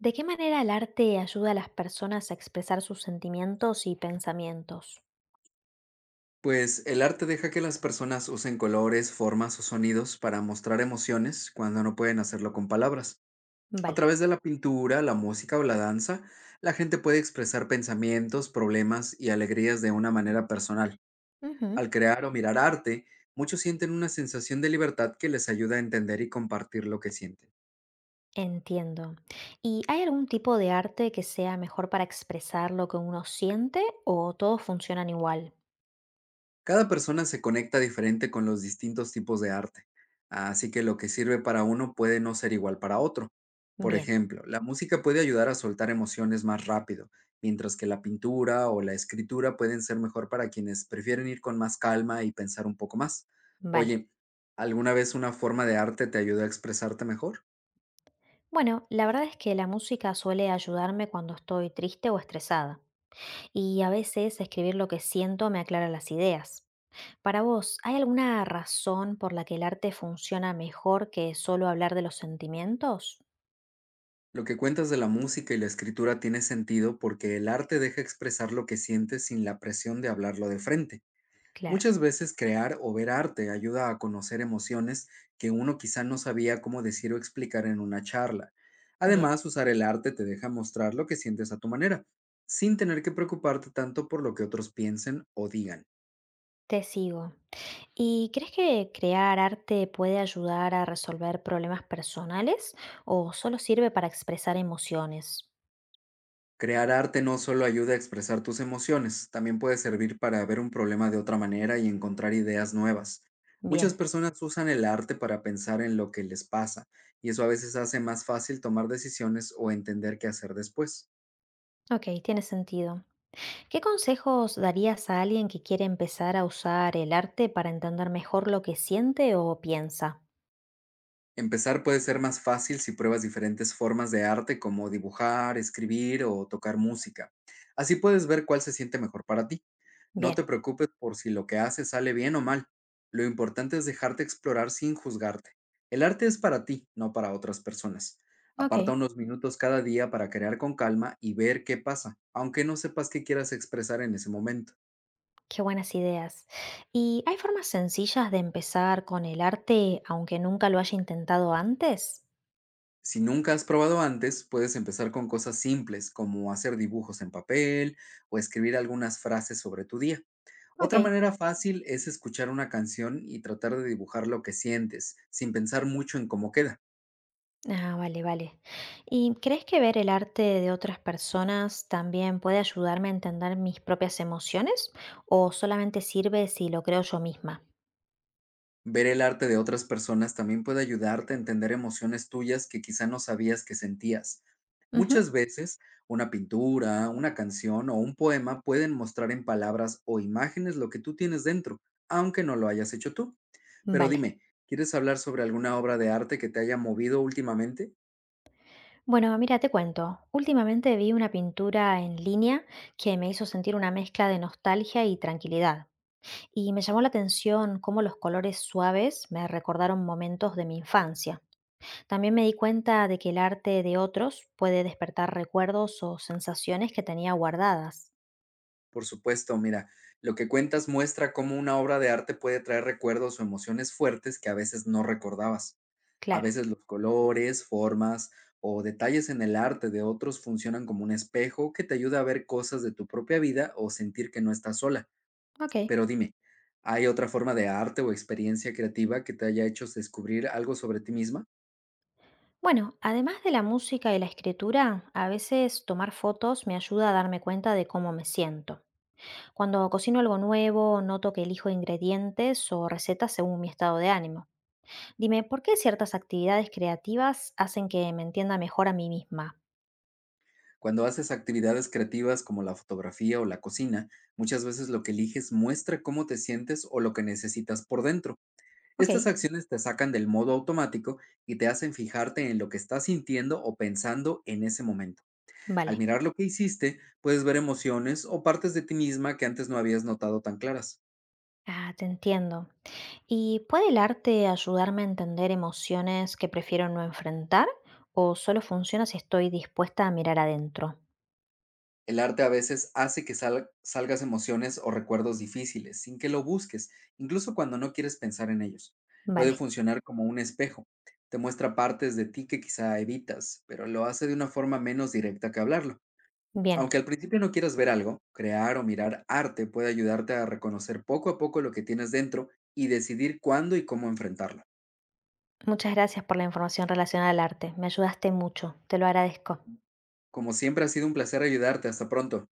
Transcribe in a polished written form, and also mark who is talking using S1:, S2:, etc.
S1: ¿De qué manera el arte ayuda a las personas a expresar sus sentimientos y pensamientos?
S2: Pues el arte deja que las personas usen colores, formas o sonidos para mostrar emociones cuando no pueden hacerlo con palabras. A
S1: Vale.
S2: través de la pintura, la música o la danza, la gente puede expresar pensamientos, problemas y alegrías de una manera personal.
S1: Ujú.
S2: Al crear o mirar arte, muchos sienten una sensación de libertad que les ayuda a entender y compartir lo que sienten.
S1: Entiendo. ¿Y hay algún tipo de arte que sea mejor para expresar lo que uno siente o todos funcionan igual?
S2: Cada persona se conecta diferente con los distintos tipos de arte, así que lo que sirve para uno puede no ser igual para otro. Por
S1: Bien,
S2: ejemplo, la música puede ayudar a soltar emociones más rápido, mientras que la pintura o la escritura pueden ser mejor para quienes prefieren ir con más calma y pensar un poco más.
S1: vale.
S2: Oye, ¿alguna vez una forma de arte te ayudó a expresarte mejor?
S1: Bueno, la verdad es que la música suele ayudarme cuando estoy triste o estresada, y a veces escribir lo que siento me aclara las ideas. Para vos, ¿hay alguna razón por la que el arte funciona mejor que solo hablar de los sentimientos?
S2: Lo que cuentas de la música y la escritura tiene sentido porque el arte deja expresar lo que sientes sin la presión de hablarlo de frente.
S1: Claro.
S2: Muchas veces crear o ver arte ayuda a conocer emociones que uno quizá no sabía cómo decir o explicar en una charla.
S1: Bien,
S2: Además, usar el arte te deja mostrar lo que sientes a tu manera, sin tener que preocuparte tanto por lo que otros piensen o digan.
S1: te sigo. ¿Y crees que crear arte puede ayudar a resolver problemas personales o solo sirve para expresar emociones?
S2: Crear arte no solo ayuda a expresar tus emociones, también puede servir para ver un problema de otra manera y encontrar ideas nuevas. Muchas
S1: Bien,
S2: personas usan el arte para pensar en lo que les pasa, y eso a veces hace más fácil tomar decisiones o entender qué hacer después.
S1: ok, tiene sentido. ¿Qué consejos darías a alguien que quiere empezar a usar el arte para entender mejor lo que siente o piensa?
S2: Empezar puede ser más fácil si pruebas diferentes formas de arte como dibujar, escribir o tocar música. Así puedes ver cuál se siente mejor para ti. No
S1: Bien,
S2: te preocupes por si lo que haces sale bien o mal. Lo importante es dejarte explorar sin juzgarte. El arte es para ti, no para otras personas. Aparta
S1: ok.
S2: unos minutos cada día para crear con calma y ver qué pasa, aunque no sepas qué quieras expresar en ese momento.
S1: Qué buenas ideas. ¿Y hay formas sencillas de empezar con el arte aunque nunca lo haya intentado antes?
S2: Si nunca has probado antes, puedes empezar con cosas simples como hacer dibujos en papel o escribir algunas frases sobre tu día. Otra
S1: Ok.
S2: manera fácil es escuchar una canción y tratar de dibujar lo que sientes, sin pensar mucho en cómo queda.
S1: Ah, vale, vale. ¿Y crees que ver el arte de otras personas también puede ayudarme a entender mis propias emociones o solamente sirve si lo creo yo misma?
S2: Ver el arte de otras personas también puede ayudarte a entender emociones tuyas que quizá no sabías que sentías.
S1: Ujú.
S2: Muchas veces, una pintura, una canción o un poema pueden mostrar en palabras o imágenes lo que tú tienes dentro, aunque no lo hayas hecho tú. Pero
S1: Vale.
S2: dime, ¿quieres hablar sobre alguna obra de arte que te haya movido últimamente?
S1: Bueno, mira, te cuento. Últimamente vi una pintura en línea que me hizo sentir una mezcla de nostalgia y tranquilidad. Y me llamó la atención cómo los colores suaves me recordaron momentos de mi infancia. También me di cuenta de que el arte de otros puede despertar recuerdos o sensaciones que tenía guardadas.
S2: Por supuesto, mira, lo que cuentas muestra cómo una obra de arte puede traer recuerdos o emociones fuertes que a veces no recordabas. A
S1: Claro,
S2: veces los colores, formas o detalles en el arte de otros funcionan como un espejo que te ayuda a ver cosas de tu propia vida o sentir que no estás sola.
S1: ok.
S2: Pero dime, ¿hay otra forma de arte o experiencia creativa que te haya hecho descubrir algo sobre ti misma?
S1: Bueno, además de la música y la escritura, a veces tomar fotos me ayuda a darme cuenta de cómo me siento. Cuando cocino algo nuevo, noto que elijo ingredientes o recetas según mi estado de ánimo. Dime, ¿por qué ciertas actividades creativas hacen que me entienda mejor a mí misma?
S2: Cuando haces actividades creativas como la fotografía o la cocina, muchas veces lo que eliges muestra cómo te sientes o lo que necesitas por dentro.
S1: Ok,
S2: Estas acciones te sacan del modo automático y te hacen fijarte en lo que estás sintiendo o pensando en ese momento. Al
S1: vale.
S2: mirar lo que hiciste, puedes ver emociones o partes de ti misma que antes no habías notado tan claras.
S1: Ah, te entiendo. ¿Y puede el arte ayudarme a entender emociones que prefiero no enfrentar? ¿O solo funciona si estoy dispuesta a mirar adentro?
S2: El arte a veces hace que salgas emociones o recuerdos difíciles sin que lo busques, incluso cuando no quieres pensar en ellos. Puede
S1: Vale,
S2: funcionar como un espejo. Te muestra partes de ti que quizá evitas, pero lo hace de una forma menos directa que hablarlo. Aunque
S1: bien.
S2: al principio no quieras ver algo, crear o mirar arte puede ayudarte a reconocer poco a poco lo que tienes dentro y decidir cuándo y cómo enfrentarlo.
S1: Muchas gracias por la información relacionada al arte. Me ayudaste mucho. Te lo agradezco.
S2: Como siempre ha sido un placer ayudarte. Hasta pronto.